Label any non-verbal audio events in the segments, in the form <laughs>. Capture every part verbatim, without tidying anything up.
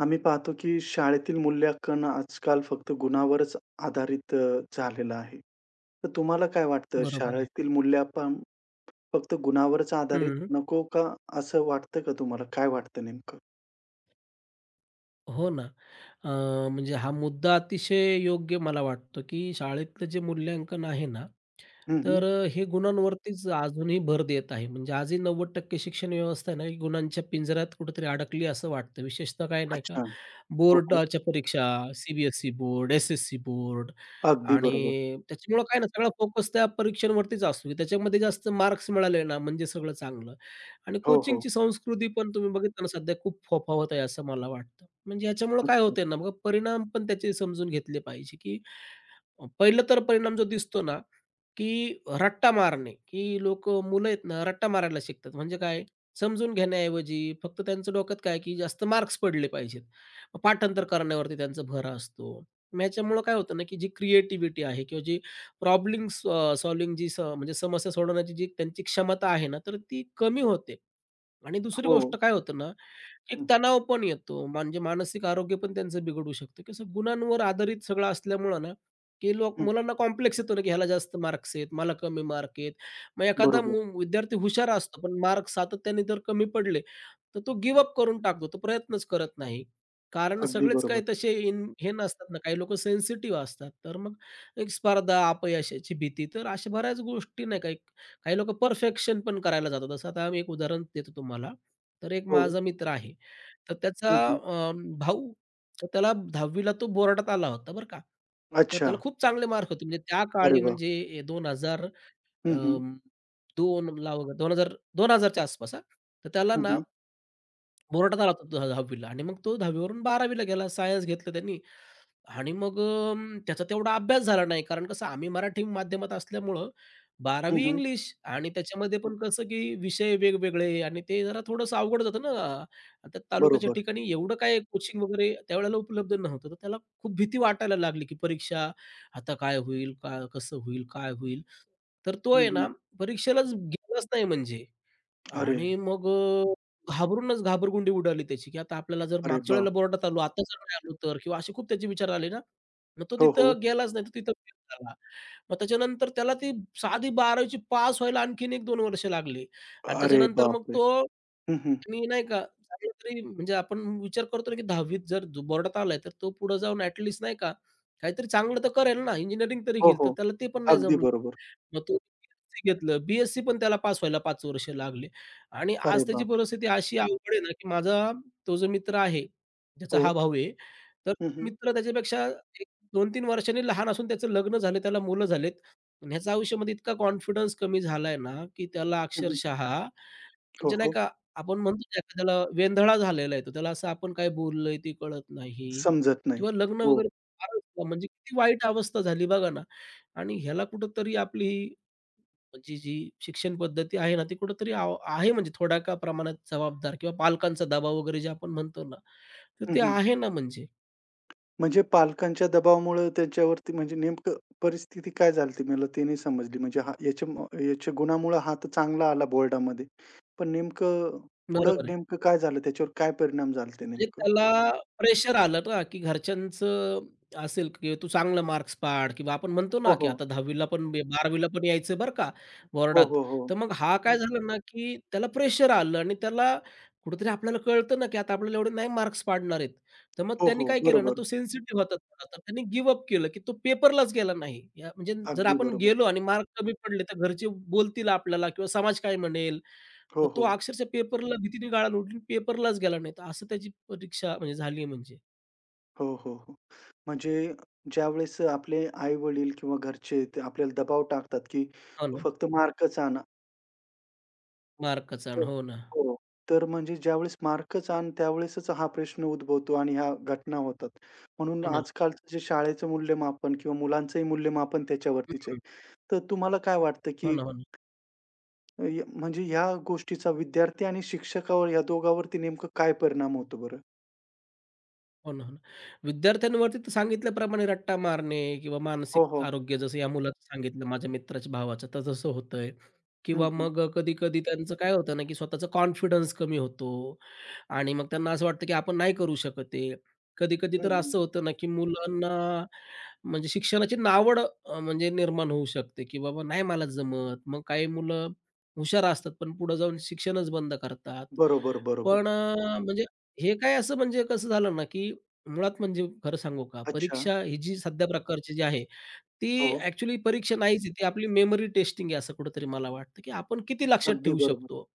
आम्ही पाहतो की शाळेतील मूल्यांकन आजकाल फक्त गुणावरच आधारित अ, झालेलं आहे. तर तुम्हाला काय वाटतं बरोबर आहे. शाळेतील मूल्यांकन फक्त गुणावरच आधारित हं. नको का असं वाटतं का तुम्हाला? काय वाटतं नेमकं? हो ना. अ, म्हणजे हा मुद्दा अतिशय योग्य मला वाटतो, की शाळेतलं जे मूल्यांकन आहे ना, हं, हं. तर अ, हे गुणांवरतीच अजूनही भर देत आहे. म्हणजे आजही नव्वद टक्के शिक्षण व्यवस्था आहे ना, ही गुणांच्या पिंजऱ्यात कुठेतरी अडकली असं वाटतं. विशेषतः काय नाही का अच्छा. हो, हो. बोर्डाच्या परीक्षा, सी-बी-एस-ई बोर्ड, एस-एस-सी बोर्ड अगदी बरोबर. आणि त्याच्यामुळं काय ना सगळा फोकस त्या परीक्षांवरतीच असतो, की त्याच्यामध्ये जास्त मार्क्स मिळाले ना म्हणजे सगळं चांगलं. आणि हो, हो. कोचिंगची संस्कृती पण तुम्ही बघितलं ना सध्या खूप फोफावत आहे असं मला वाटतं. म्हणजे ह्याच्यामुळं काय अच्छा. होतंय ना, मग परिणाम पण त्याचे समजून घेतले पाहिजे, की पहिलं तर परिणाम जो दिसतो ना की रट्टा मारणे, की लोकं मुलं आहेत ना, रट्टा मारायला शिकतात. म्हणजे काय, समजून घेण्याऐवजी फक्त त्यांचं डोक्यात काय, की जास्त मार्क्स पडले पाहिजेत. मग पाठांतर करण्यावरती त्यांचा भर असतो. मग ह्याच्यामुळं काय होतं ना, की जी क्रिएटिव्हिटी आहे किंवा जी प्रॉब्लेम सॉ जी स म्हणजे समस्या सोडवण्याची जी त्यांची क्षमता आहे ना, तर ती कमी होते. आणि दुसरी हो. गोष्ट काय होतं ना, एक हं, तणाव पण येतो. म्हणजे मानसिक आरोग्य पण त्यांचं बिघडू शकतं. कसं गुणांवर आधारित सगळं असल्यामुळं ना, की लोक हं. मुलांना कॉम्प्लेक्स येतो ना, की ह्याला जास्त मार्क्स आहेत, मला कमी मार्क आहेत. मग एखादा बरोबर. मु विद्यार्थी हुशार असतो, पण मार्क सातत्याने जर कमी पडले, तर तो गिव्ह अप करून टाकतो. तो प्रयत्नच करत नाही. कारण अगदी सगळेच बरोबर. काही तसे इन हे नसतात ना, काही लोकं सेन्सिटिव्ह असतात. तर मग एक स्पर्धा, अपयशाची भीती, तर अशा बऱ्याच गोष्टी नाही काही काही लोकं परफेक्शन पण करायला जातात. जसं आता आम्ही एक उदाहरण देतो तुम्हाला. तर एक हो. माझा मित्र आहे. तर त्याचा हं, हं. अ, भाऊ तर त्याला दहावी ला तो बोर्डात आला होता बरं का. तर अच्छा. त्याला खूप चांगले मार्क होते. म्हणजे त्या अरे काळी वाह! म्हणजे ए दोन हजार हं, हं. अं, 2ला वगैरे दोन हजार, दोन हजार च्या आसपास हां. तर त्याला हं, ना हं. बोर्डात आला होता दहावी ला आणि मग तो दहावी वरून गेला. सायन्स घेतलं त्यांनी आणि मग अं, त्याचा तेवढा अभ्यास झाला नाही. कारण कसं आम्ही मराठी माध्यमात असल्यामुळं हं, बारावी हं. इंग्लिश आणि त्याच्यामध्ये पण कसं की विषय वेगवेगळे आणि ते जरा थोडंसं अवघड जातं ना. आता तालुक्याच्या बरोबर. ठिकाणी एवढं काय कोचिंग वगैरे त्यावेळेला उपलब्ध नव्हतं. तर त्याला खूप भीती वाटायला लागली की परीक्षा आता काय होईल? का कसं होईल? काय होईल? तर तो हं, आहे ना हं. परीक्षेलाच गेलाच नाही म्हणजे. अरे, आणि मग अ, घाबरूनच घाबरगुंडी उडाली त्याची, की आता आपल्याला जर अरे मागच्या वाह! वेळेला बोर्डात आलो, आता जर नाही आलो तर? किंवा असे खूप त्याचे विचार आले ना, मग तो हो, हो. तिथं गेलाच नाही, तो तिथं फेल झाला. मग त्याच्यानंतर त्याला ती साधी बारावी ची पास व्हायला आणखीन एक दोन वर्ष लागली आणि अरे त्याच्यानंतर मग बापरे! तो हं, हं. मी नाही का चांगला तरी म्हणजे आपण विचार करतो ना, की दहावी त जर जो बोर्डात आलाय, तर तो पुढे जाऊन ॲटलीस्ट नाही का, काहीतरी चांगलं तर करेल ना, इंजिनिअरिंग तरी हो, घेईल. हो. तर त्याला ते पण नाही अगदी जमलं. बरोबर. मग तो बी घेतलं. बी पण त्याला पास व्हायला पाच वर्ष लागले. आणि अरे आज त्याची बाप! परिस्थिती अशी अवघड आहे ना, की माझा तो जो मित्र आहे, ज्याचा हो. हा भाऊ आहे, तर हं, हं. मित्र त्याच्यापेक्षा एक दोन तीन वर्षांनी लहान असून त्याचं लग्न झालं, त्याला मुलं झालेत. आणि ह्याचा आयुष्यामध्ये इतका कॉन्फिडन्स कमी झालाय ना, की त्याला हं, हं. अक्षरशः हो, म्हणजे नाही हो. का, आपण म्हणतो ना एखाद्याला वेंधळा झालेला आहे तो. त्याला असं आपण काय बोललोय ते कळत नाही समजत नाही. किंवा लग्न हो. वगैरे फारच म्हणजे किती वाईट अवस्था झाली बघा ना. आणि ह्याला कुठेतरी आपली जी, जी शिक्षण पद्धती आहे ना, ती कुठेतरी आव आहे म्हणजे थोड्या का प्रमाणात जबाबदार किंवा पालकांचा दबाव वगैरे जे आपण म्हणतो ना, तर हं, ते हं. आहे ना म्हणजे. म्हणजे पालकांच्या दबावामुळं त्याच्यावरती म्हणजे नेमकं परिस्थिती काय झाली होती मला ते नाही समजली. म्हणजे हा याच्या म याच्या गुणामुळं हा तर चांगला आला बोर्डामध्ये. पण नेमकं पुढं बरोबर आहे. नेमकं काय झालं? त्याच्यावर काय परिणाम झाले ते म्हणजे नेमकं? त्याला प्रेशर आलं ना, की घरच्यांचं असेल, की "तू चांगलं मार्क्स पाड" किंवा आपण म्हणतो हो, ना, की हो. आता दहावीला पण बारावीला पण यायचं बरं का हो, बोर्डात. हो, हो. तर मग हा काय झाला ना, की त्याला प्रेशर आलं आणि त्याला कुठेतरी आपल्याला कळतं ना, की आता आपल्याला एवढे नाही मार्क्स पाडणार आहेत. तर मग हो, त्यांनी हो. काय केलं ना, बरोबर. तो सेन्सिटिव्ह होता थोडा, तर त्यांनी गिव्ह केलं, की तो पेपरलाच गेला नाही. या म्हणजे जर अगदी आपण बरोबर. गेलो आणि मार्क कमी पडले, तर घरचे बोलतील आपल्याला किंवा समाज काय म्हणेल? हो, तर तो हो. अक्षरशः पेपरला भीतीने गाळा उडली, पेपरलाच गेला नाही. तर असं त्याची परीक्षा म्हणजे झाली म्हणजे. हो, हो, हो. म्हणजे ज्यावेळेस आपले आई-वडील किंवा घरचे ते आपल्याला दबाव टाकतात, की हो "तू ना. फक्त मार्कच आण." मार्कच तर आणि हो ना. हो. तर म्हणजे ज्यावेळेस मार्कच आण, त्यावेळेसच हा प्रश्न उद्भवतो आणि ह्या घटना होतात. म्हणून हो ना. आजकालचं जे शाळेचं मूल्यमापन किंवा मुलांचंही मूल्यमापन त्याच्यावरतीच आहे. हं. तर तुम्हाला काय वाटतं, हो की ना, हो ना. अ, य- म्हणजे ह्या गोष्टीचा विद्यार्थी आणि शिक्षकावर या दोघांवरती नेमकं काय परिणाम होतो बरं? हो ना, हो ना. विद्यार्थ्यांवरती तर सांगितल्याप्रमाणे रट्टा मारणे किंवा हो, मानसिक हो. आरोग्य जसं या मुलाचं सांगितलं माझ्या मित्राच्या भावाचं तर तसं होतंय हं, किंवा हं. मग अ, कधी-कधी त्यांचं काय होतं ना, की स्वतःचा कॉन्फिडन्स कमी होतो आणि मग त्यांना असं वाटतं, की आपण नाही करू शकत आहे. कधी-कधी हं, तर हं. असं होतं ना, की मुलांना म्हणजे शिक्षणाची नावड अ, म्हणजे निर्माण होऊ शकते, की बाबा नाही मला जमत. मग काही मुलं हुशार असतात, पण पुढे जाऊन शिक्षणच बंद करतात. बरोबर, बरोबर. पण अ, म्हणजे हे काय असं म्हणजे कसं झालं ना, की मुळात म्हणजे खरं सांगू का, अच्छा. परीक्षा ही जी सध्या प्रकारची जी आहे, हो. ती ॲक्चुअली परीक्षा नाहीच आहे. ती आपली मेमरी टेस्टिंग आहे असं कुठेतरी मला वाटतं, की आपण किती लक्षात अगदी ठेवू बरोबर. शकतो.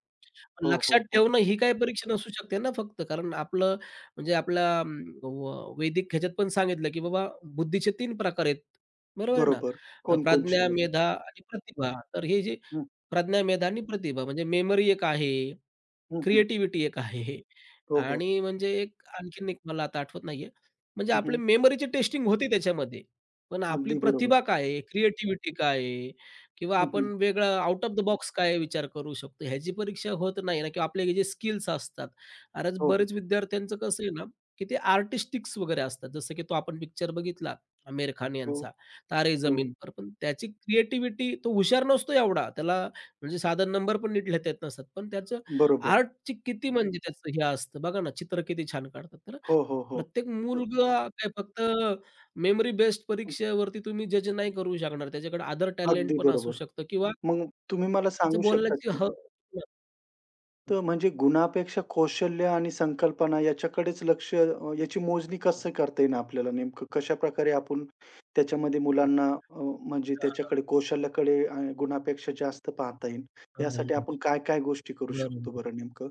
हो, लक्षात हो, हो. ठेवणं ही काही परीक्षा नसू शकते ना फक्त. कारण आपलं म्हणजे आपल्या अं, व वैदिक ह्याच्यात पण सांगितलं, की बाबा बुद्धीचे तीन प्रकार आहेत. बरोबर आहे ना? बरोबर. अ, कोण-कोणचे प्रज्ञा, बरं? मेधा आणि प्रतिभा. तर हे जे हं, प्रज्ञा, मेधा आणि प्रतिभा म्हणजे मेमरी एक आहे. हं, हं. क्रिएटिव्हिटी एक आहे हे हो, हो. आणि म्हणजे एक आणखीन एक मला आता आठवत नाहीये. म्हणजे हं, आपली हं. मेमरीची टेस्टिंग होती त्याच्यामध्ये. पण आपली अगदी बरोबर. प्रतिभा काय आहे? क्रिएटिव्हिटी काय आहे? किंवा हं, हं. आपण वेगळा आउट ऑफ द बॉक्स काय विचार करू शकतो? ह्याची परीक्षा होत नाही ना किंवा आपले जे स्किल्स असतात. अरेच हो, बरेच विद्यार्थ्यांचं कसं आहे ना, की ते आर्टिस्टिक्स वगैरे असतात. जसं की तो आपण पिक्चर बघितला आमिर खान हो, यांचा तारे हो. जमीन पर. पण त्याची क्रिएटिव्हिटी तो हुशार नसतो एवढा. त्याला म्हणजे साधा नंबर पण नीट लिहता येत नसतात. पण त्याचं बरोबर. आर्टची किती म्हणजे त्याचं हे असतं बघा ना, चित्र किती छान काढतात. तर हो, हो, हो. प्रत्येक अ, मुलगा काय फक्त मेमरी बेस्ड परीक्षेवरती तुम्ही जज नाही करू शकणार. त्याच्याकडे अदर टॅलेंट अगदी पण असू बरोबर. शकतं किंवा मग तुम्ही मला त्याचं सांगू शकता बोलण्याची की ह तर म्हणजे गुणापेक्षा कौशल्य आणि संकल्पना याच्याकडेच लक्ष अ, याची मोजणी हां, कसं करता येईल आपल्याला नेमकं कशाप्रकारे आपण त्याच्यामध्ये हां, मुलांना अ, म्हणजे हां, हां, हां. त्याच्याकडे कौशल्याकडे अ, गुणापेक्षा जास्त पाहता येईल. यासाठी आपण <laughs> काय-काय गोष्टी करू बरोबर. शकतो बरं नेमकं?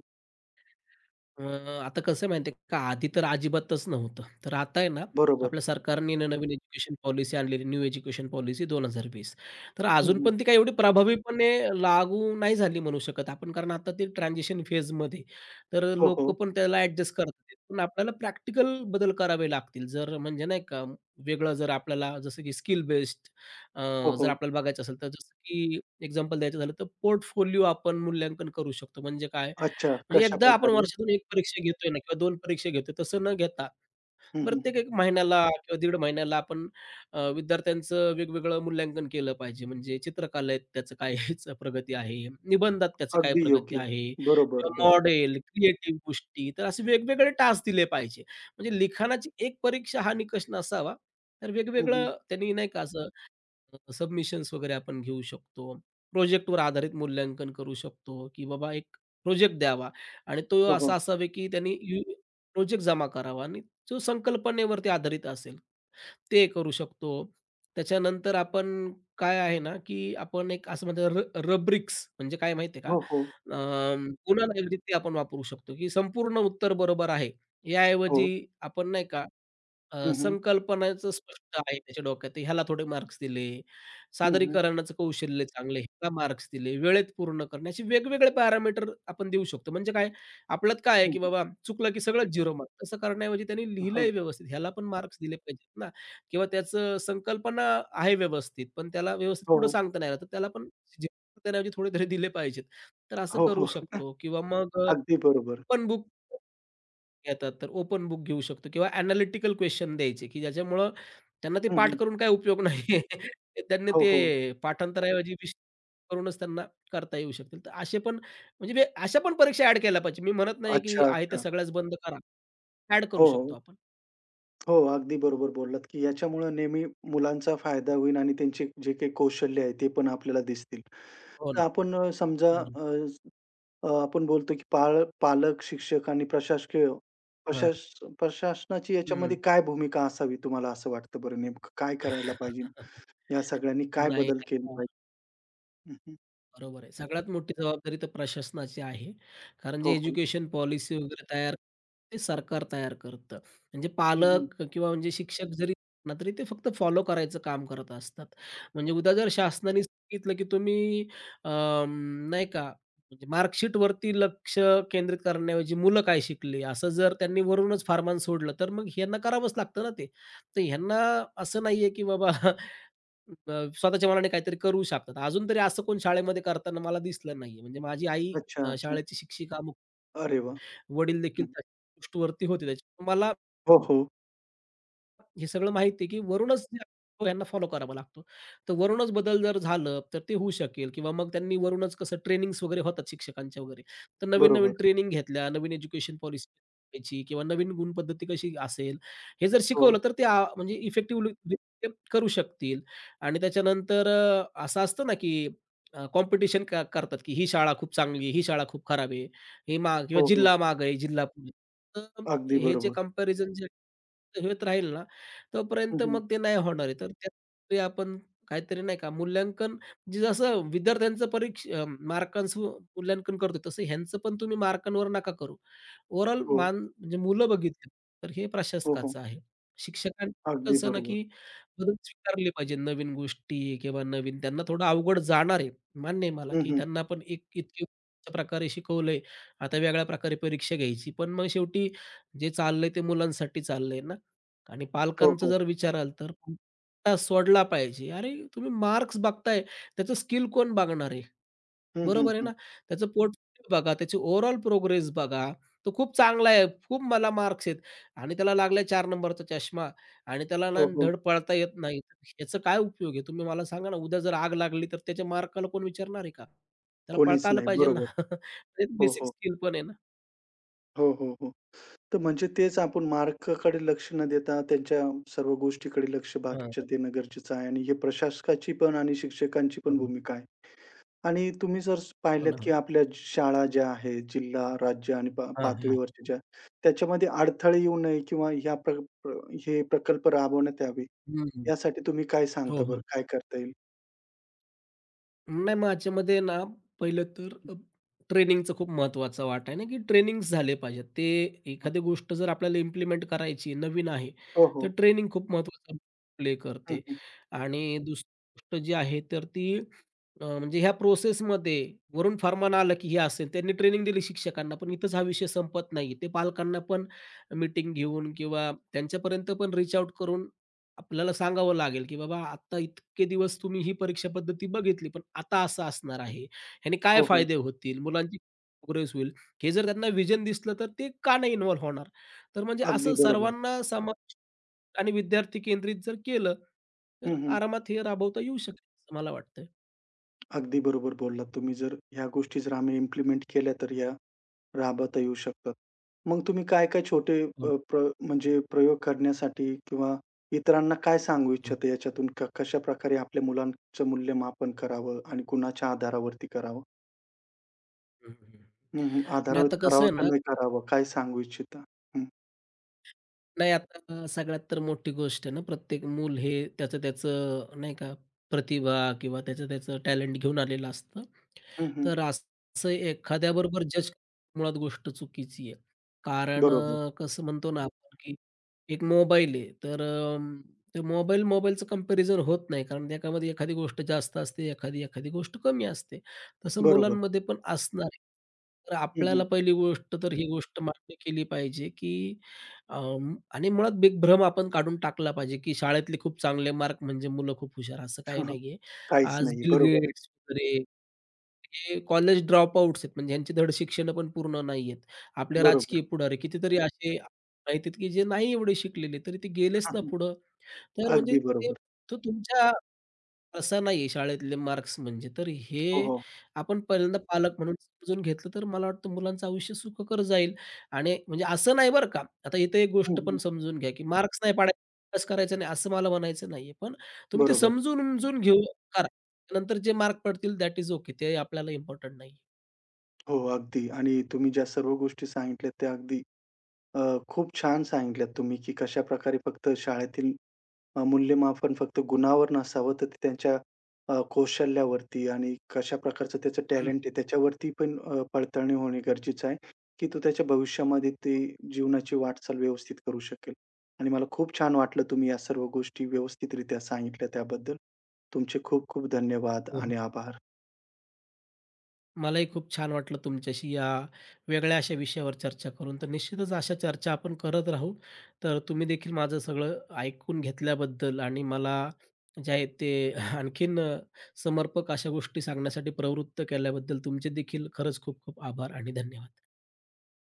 अ, आता कसं आहे माहिती आहे का, आधी तर अजिबातच नव्हतं. तर आता आहे ना, बरोबर. आपल्या सरकारने ना नवीन एज्युकेशन पॉलिसी आणलेली, न्यू एज्युकेशन पॉलिसी वीस वीस. तर हं, अजून हं. पण ती काही एवढी प्रभावीपणे लागू नाही झाली म्हणू शकत आपण, कारण आता ती ट्रान्झिशन फेजमध्ये आहे. तर हो, लोक हो. पण त्याला ॲडजस्ट करत पण आपल्याला प्रॅक्टिकल बदल करावे लागतील. जर म्हणजे नाही का, वेगळं जर आपल्याला जसं की स्किल बेस्ड हो, जर हो. आपल्याला बघायचं असेल, तर जसं की एक्झाम्पल द्यायचं झालं, तर पोर्टफोलिओ आपण मूल्यांकन करू शकतो. म्हणजे काय अच्छा. म्हणजे एकदा आपण कशाप्रकारे? वर्षातून एक परीक्षा घेतोय ना किंवा दोन परीक्षा घेतोय, तसं न घेता हं, हं. प्रत्येक एक महिन्याला किंवा दीड महिन्याला आपण अ, विद्यार्थ्यांचं वेगवेगळं मूल्यांकन केलं पाहिजे. म्हणजे चित्रकलेत त्याचं काय <laughs> प्रगती आहे, निबंधात त्याची काय अगदी प्रगती योग्य. आहे बरोबर, किंवा बरोबर. मॉडेल, क्रिएटिव्ह गोष्टी तर असे वेगवेगळे टास्क दिले पाहिजे. म्हणजे लिखाणाची एक परीक्षा हा निकष नसावा, तर हं, हं. वेगवेगळं त्यांनी नाही का अ, सबमिशन्स वगैरे आपण घेऊ शकतो. प्रोजेक्टवर आधारित मूल्यांकन करू शकतो, की बाबा एक प्रोजेक्ट द्यावा आणि तो हो, हो. असा असावे, की त्यांनी यू प्रोजेक्ट जमा करावा आणि जो संकल्पनेवरती आधारित असेल, ते करू शकतो. त्याच्यानंतर आपण काय आहे ना, की आपण एक असं म्हणतो रब्रिक्स म्हणजे काय माहिती आहे का? हो, हो. अं, पुन्हा एकदा ते आपण वापरू शकतो, की संपूर्ण उत्तर बरोबर आहे. याऐवजी हो. आपण नाही का अ, हं, हं. संकल्पनाचं स्पष्ट आहे त्याच्या डोक्यात, तर ह्याला थोडे मार्क्स दिले. हं, हं. सादरीकरणाचं कौशल्य चांगलं आहे, ह्याला मार्क्स दिले. वेळेत पूर्ण करणे, असे वेगवेगळे पॅरामीटर आपण देऊ शकतो. म्हणजे काय, आपल्यात काय आहे, हं, की हं. बाबा चुकलं की सगळंच शून्य मार्क्स. तसं करण्याऐवजी त्यांनी हं. लिहिलंय व्यवस्थित, ह्याला पण मार्क्स दिले पाहिजेत ना किंवा त्याचं संकल्पना आहे व्यवस्थित, पण त्याला व्यवस्थित हो, पुढं हो. सांगता नाही आलं, तर त्याला पण जे देण्याऐवजी थोडे तरी दिले पाहिजेत. तर असं हो, करू हो. शकतो किंवा मग अ, अगदी बरोबर. बुक येतात तर ओपन बुक घेऊ शकतो किंवा एनालिटिकल क्वेश्चन द्यायचे, की ज्याच्यामुळं त्यांना ते हं, पाठ हं. करून काय उपयोग नाहीये. <laughs> त्यांनी हो, हो. ते पाठांतराऐवजी विश करूनच त्यांना करता येऊ शकतील. तर असे पण म्हणजे वे अशा पण परीक्षा ॲड केल्या पाहिजे. मी म्हणत नाही, की अच्छा, आहे त्या अच्छा. सगळ्याच बंद करा. ॲड करू हो, शकतो हो. आपण. हो, अगदी बरोबर बोललात, की याच्यामुळे नेहमी मुलांचा फायदा होईल आणि त्यांचे जे काही कौशल्य आहे ते पण आपल्याला दिसतील. हो तर ना. आपण अ, समजा बरोबर. अ अ, आपण बोलतो की पाल पालक, शिक्षक आणि प्रशासकीय हां. प्रशास प्रशासनाची याच्यामध्ये हं. काय भूमिका असावी तुम्हाला असं वाटतं बरं नेमकं काय करायला पाहिजे? <laughs> या सगळ्यांनी काय नाही. बदल केले पाहिजे? हं, हं. बरोबर आहे. सगळ्यात मोठी जबाबदारी तर प्रशासनाची आहे. कारण हो, जे हो. एज्युकेशन पॉलिसी वगैरे तयार ते सरकार तयार करतं. म्हणजे हं, हं. पालक किंवा म्हणजे शिक्षक जरी ना तरी ते फक्त फॉलो करायचं काम करत असतात. म्हणजे उद्या जर शासनाने सांगितलं की तुम्ही अं, नाही का म्हणजे मार्कशीटवरती लक्ष केंद्रित करण्याऐवजी मुलं काय शिकली असं जर त्यांनी वरूनच फार्मान सोडलं तर मग ह्यांना करावंच लागतं ना ते. तर ह्यांना असं नाहीये की बाबा अ, स्वतःच्या मनाने काहीतरी करू शकतात. अजून तरी असं कोण शाळेमध्ये करताना मला दिसलं नाहीये. म्हणजे माझी आई अच्छा, अ, अच्छा. शाळेची शिक्षिका, मग अरे वाह! वडील देखील हं. त्या गोष्टीवरती होते. त्याच्यामुळे मला हो, हो. हे सगळं माहिती आहे, की वरूनच ते हो, यांना फॉलो करावा लागतो. तर वरूनच बदल जर झालं, तर ते होऊ शकेल किंवा मग त्यांनी वरूनच कसं ट्रेनिंग्स वगैरे होतात शिक्षकांच्या वगैरे. तर बरोबर. नवीन-नवीन ट्रेनिंग घेतल्या, नवीन एज्युकेशन पॉलिसी घ्यायची किंवा नवीन गुणपद्धती कशी असेल, हे जर हो. शिकवलं तर ते आ म्हणजे इफेक्टिव्हली करू शकतील. आणि त्याच्यानंतर अ, असं असतं ना, की कॉम्पिटिशन करतात, की ही शाळा खूप चांगली आहे, ही शाळा खूप खराब आहे. ही माग किंवा हो, हो. जिल्हा मागे आहे, जिल्हा पुढे. तर अगदी हे जे बरोबर. कंपॅरिझन जे होत राहील ना, हं, तोपर्यंत हं. मग ते नाही होणार आहे. तर त्यासाठी आपण काहीतरी नाही का मूल्यांकन जे जसं विद्यार्थ्यांचं परीक्ष अ, मार्कांचं मूल्यांकन करतो, तसं ह्यांचं पण तुम्ही मार्कांवर नका करू. ओव्हरऑल हो. मान म्हणजे मुलं बघितली, तर हे हो, हो. प्रशासकाचं आहे. शिक्षकांनी अगदी कसं ना, बरोबर. की बदल स्वीकारले पाहिजे. नवीन गोष्टी किंवा नवीन त्यांना थोडं अवघड जाणार आहे. मान्य आहे मला, हं, की हं. त्यांना पण एक इतके प्रकारे शिकवलंय, आता वेगळ्या प्रकारे परीक्षा घ्यायची. पण मग शेवटी जे चाललंय ते मुलांसाठी चाललंय ना. आणि हो, पालकांचा हो. जर विचाराल तर मुद्दा सोडला पाहिजे. अरे, तुम्ही मार्क्स बघताय, त्याचं स्किल कोण बघणार आहे? हं, हं, बरोबर आहे हं. ना? त्याचं पोर्टफोलिओ बघा, त्याची ओव्हरऑल प्रोग्रेस बघा. तो खूप चांगला आहे, खूप मला मार्क्स आहेत आणि त्याला लागलाय चार नंबरचा चष्मा आणि त्याला ना हो, हो. धड पळता येत नाही. याचा काय उपयोग आहे? तुम्ही मला सांगा ना, उद्या जर आग लागली तर त्याच्या मार्काला कोण विचारणार आहे का? त्याला कोणीच पळता आलं नाही. पाहिजे ना. बरोबर. <laughs> हो, बेसिक हो. स्किल पण आहे ना. हो, हो, हो. तर म्हणजे तेच आपण मार्काकडे लक्ष न देता त्यांच्या सर्व गोष्टीकडे लक्ष हां, बाकीच्या देणं गरजेचं आहे आणि हे प्रशासकाची पण आणि शिक्षकांची हो, पण ना, भूमिका आहे. आणि तुम्ही जर हो पाहिलत, ना. की आपल्या शाळा ज्या आहेत जिल्हा, राज्य आणि पा हां, हां. पातळीवरच्या ज्या त्याच्यामध्ये अडथळे येऊ नये किंवा ह्या प्र प्र हे प्रकल्प राबवण्यात यावे, हं, यासाठी तुम्ही काय सांगता हो, बरं? हो. काय करता येईल? नाही माझ्यामध्ये ना, पहिलं तर अ, ट्रेनिंगचं खूप महत्त्वाचा वाटा आहे ना, की ट्रेनिंग्स झाले पाहिजेत. ते एखादी गोष्ट जर आपल्याला इम्प्लिमेंट करायची नवीन आहे, हो, हो. तर ट्रेनिंग खूप महत्त्वाचा प्ले हं, करते. हं. आणि दुसरी गोष्ट जी आहे तर ती अ, म्हणजे ह्या प्रोसेसमध्ये वरून फर्मान आलं, की हे असेल. त्यांनी ट्रेनिंग दिली शिक्षकांना, पण इथंच हा विषय संपत नाही. ते पालकांना पण मीटिंग घेऊन किंवा त्यांच्यापर्यंत पण रीच आउट करून आपल्याला सांगावं लागेल, की बाबा आता इतके दिवस तुम्ही ही परीक्षा पद्धती बघितली, पण आता असं असणार आहे. ह्याने काय हो, हो. फायदे होतील? मुलांची प्रोग्रेस होईल. हे जर त्यांना व्हिजन दिसलं, तर ते का नाही इन्व्हॉल्व होणार? तर म्हणजे अगदी असं बरोबर. सर्वांना समावेश आणि विद्यार्थी केंद्रित जर केलं, तर हं, हं. आरामात हे राबवता येऊ शकेल, असं मला वाटतंय. अगदी बरोबर बोललात तुम्ही. जर ह्या गोष्टी जर आम्ही इम्प्लिमेंट केल्या, तर ह्या राबवता येऊ शकतात. मग तुम्ही काय-काय छोटे हो अ, ना. प्र म्हणजे प्रयोग करण्यासाठी किंवा इतरांना काय सांगू इच्छिता याच्यातून? क कशाप्रकारे आपल्या मुलांचं मूल्यमापन करावं आणि कुणाच्या आधारावरती करावं? हं, हं, हं. नाही आधारावर आता कसं करावं आहे का ना नाही करावं? काय सांगू इच्छिता? हं, नाही आता सगळ्यात तर मोठी गोष्ट आहे ना, प्रत्येक मूल हे त्याचं-त्याचं नाही का प्रतिभा किंवा त्याचं-त्याचं टॅलेंट घेऊन आलेलं असतं. हं, हं. तर असं एखाद्याबरोबर जज मुळात गोष्ट चुकीची आहे. कारण बरोबर, अ, कसं म्हणतो ना आपण, की एक मोबाईल आहे तर अ, ते मोबाईल मोबाईलचं कंपॅरिझन होत नाही. कारण त्याच्यामध्ये एखादी गोष्ट जास्त असते, एखादी एखादी गोष्ट कमी असते. तसं बरोबर. मुलांमध्ये पण असणार आहे. तर हं, हं. आपल्याला पहिली गोष्ट तर ही गोष्ट मान्य केली पाहिजे, की अं, आणि मुळात बिग भ्रम आपण काढून टाकला पाहिजे, की शाळेतले खूप चांगले मार्क म्हणजे मुलं खूप हुशार असं <laughs> काही हां, हां. नाहीये. काहीच आज नाही. बिल बरोबर आहे. गेट्स वगैरे हे कॉलेज ड्रॉपआउट्स आहेत म्हणजे ह्यांची धड शिक्षण पण पूर्ण नाहीयेत. आपले बरोबर. राजकीय पुढारी कितीतरी असे माहिती की जे नाही एवढे शिकलेले तरी ते गेलेच हां, ना हां. पुढं. तर म्हणजे अगदी ते बरोबर. तो तुमच्या तसं नाही आहे शाळेतले मार्क्स म्हणजे. तर हे हो, हो. आपण पहिल्यांदा पालक म्हणून समजून घेतलं, तर मला वाटतं मुलांचं आयुष्य सुखकर जाईल. आणि म्हणजे असं नाही बरं का, आता इथे एक हं, गोष्ट पण हं. समजून घ्या, की मार्क्स नाही पाडायचे, अभ्यास करायचा नाही असं मला म्हणायचं नाहीये. पण तुम्ही ते बरोबर. समजून-उमजून घेऊ करा. नंतर जे मार्क पडतील दॅट इज ओके. ते आपल्याला इम्पोर्टंट नाही. हो, अगदी आणि तुम्ही ज्या सर्व गोष्टी सांगितल्यात त्या अगदी अ, खूप छान सांगितल्यात तुम्ही, की कशाप्रकारे फक्त शाळेतील अ, मूल्यमापन फक्त गुणावर नसावं, तर ते त्यांच्या अ, कौशल्यावरती आणि कशा प्रकारचं त्याचं हं. टॅलेंट आहे त्याच्यावरती पण अ, पडताळणी होणे गरजेचं आहे, की तो त्याच्या भविष्यामध्ये ते जीवनाची वाटचाल व्यवस्थित करू शकेल. आणि मला खूप छान वाटलं तुम्ही या सर्व गोष्टी व्यवस्थितरित्या सांगितल्या त्याबद्दल. तुमचे खूप खूप धन्यवाद हो, हो. आणि आभार. मलाही खूप छान वाटलं तुमच्याशी या वेगळ्या अशा विषयावर चर्चा करून. तर निश्चितच अशा चर्चा आपण करत राहू. तर तुम्ही देखील माझं सगळं ऐकून घेतल्याबद्दल आणि मला जे आहे ते <laughs> आणखीन अ, समर्पक अशा गोष्टी सांगण्यासाठी प्रवृत्त केल्याबद्दल तुमचे देखील खरंच खूप खूप आभार आणि धन्यवाद.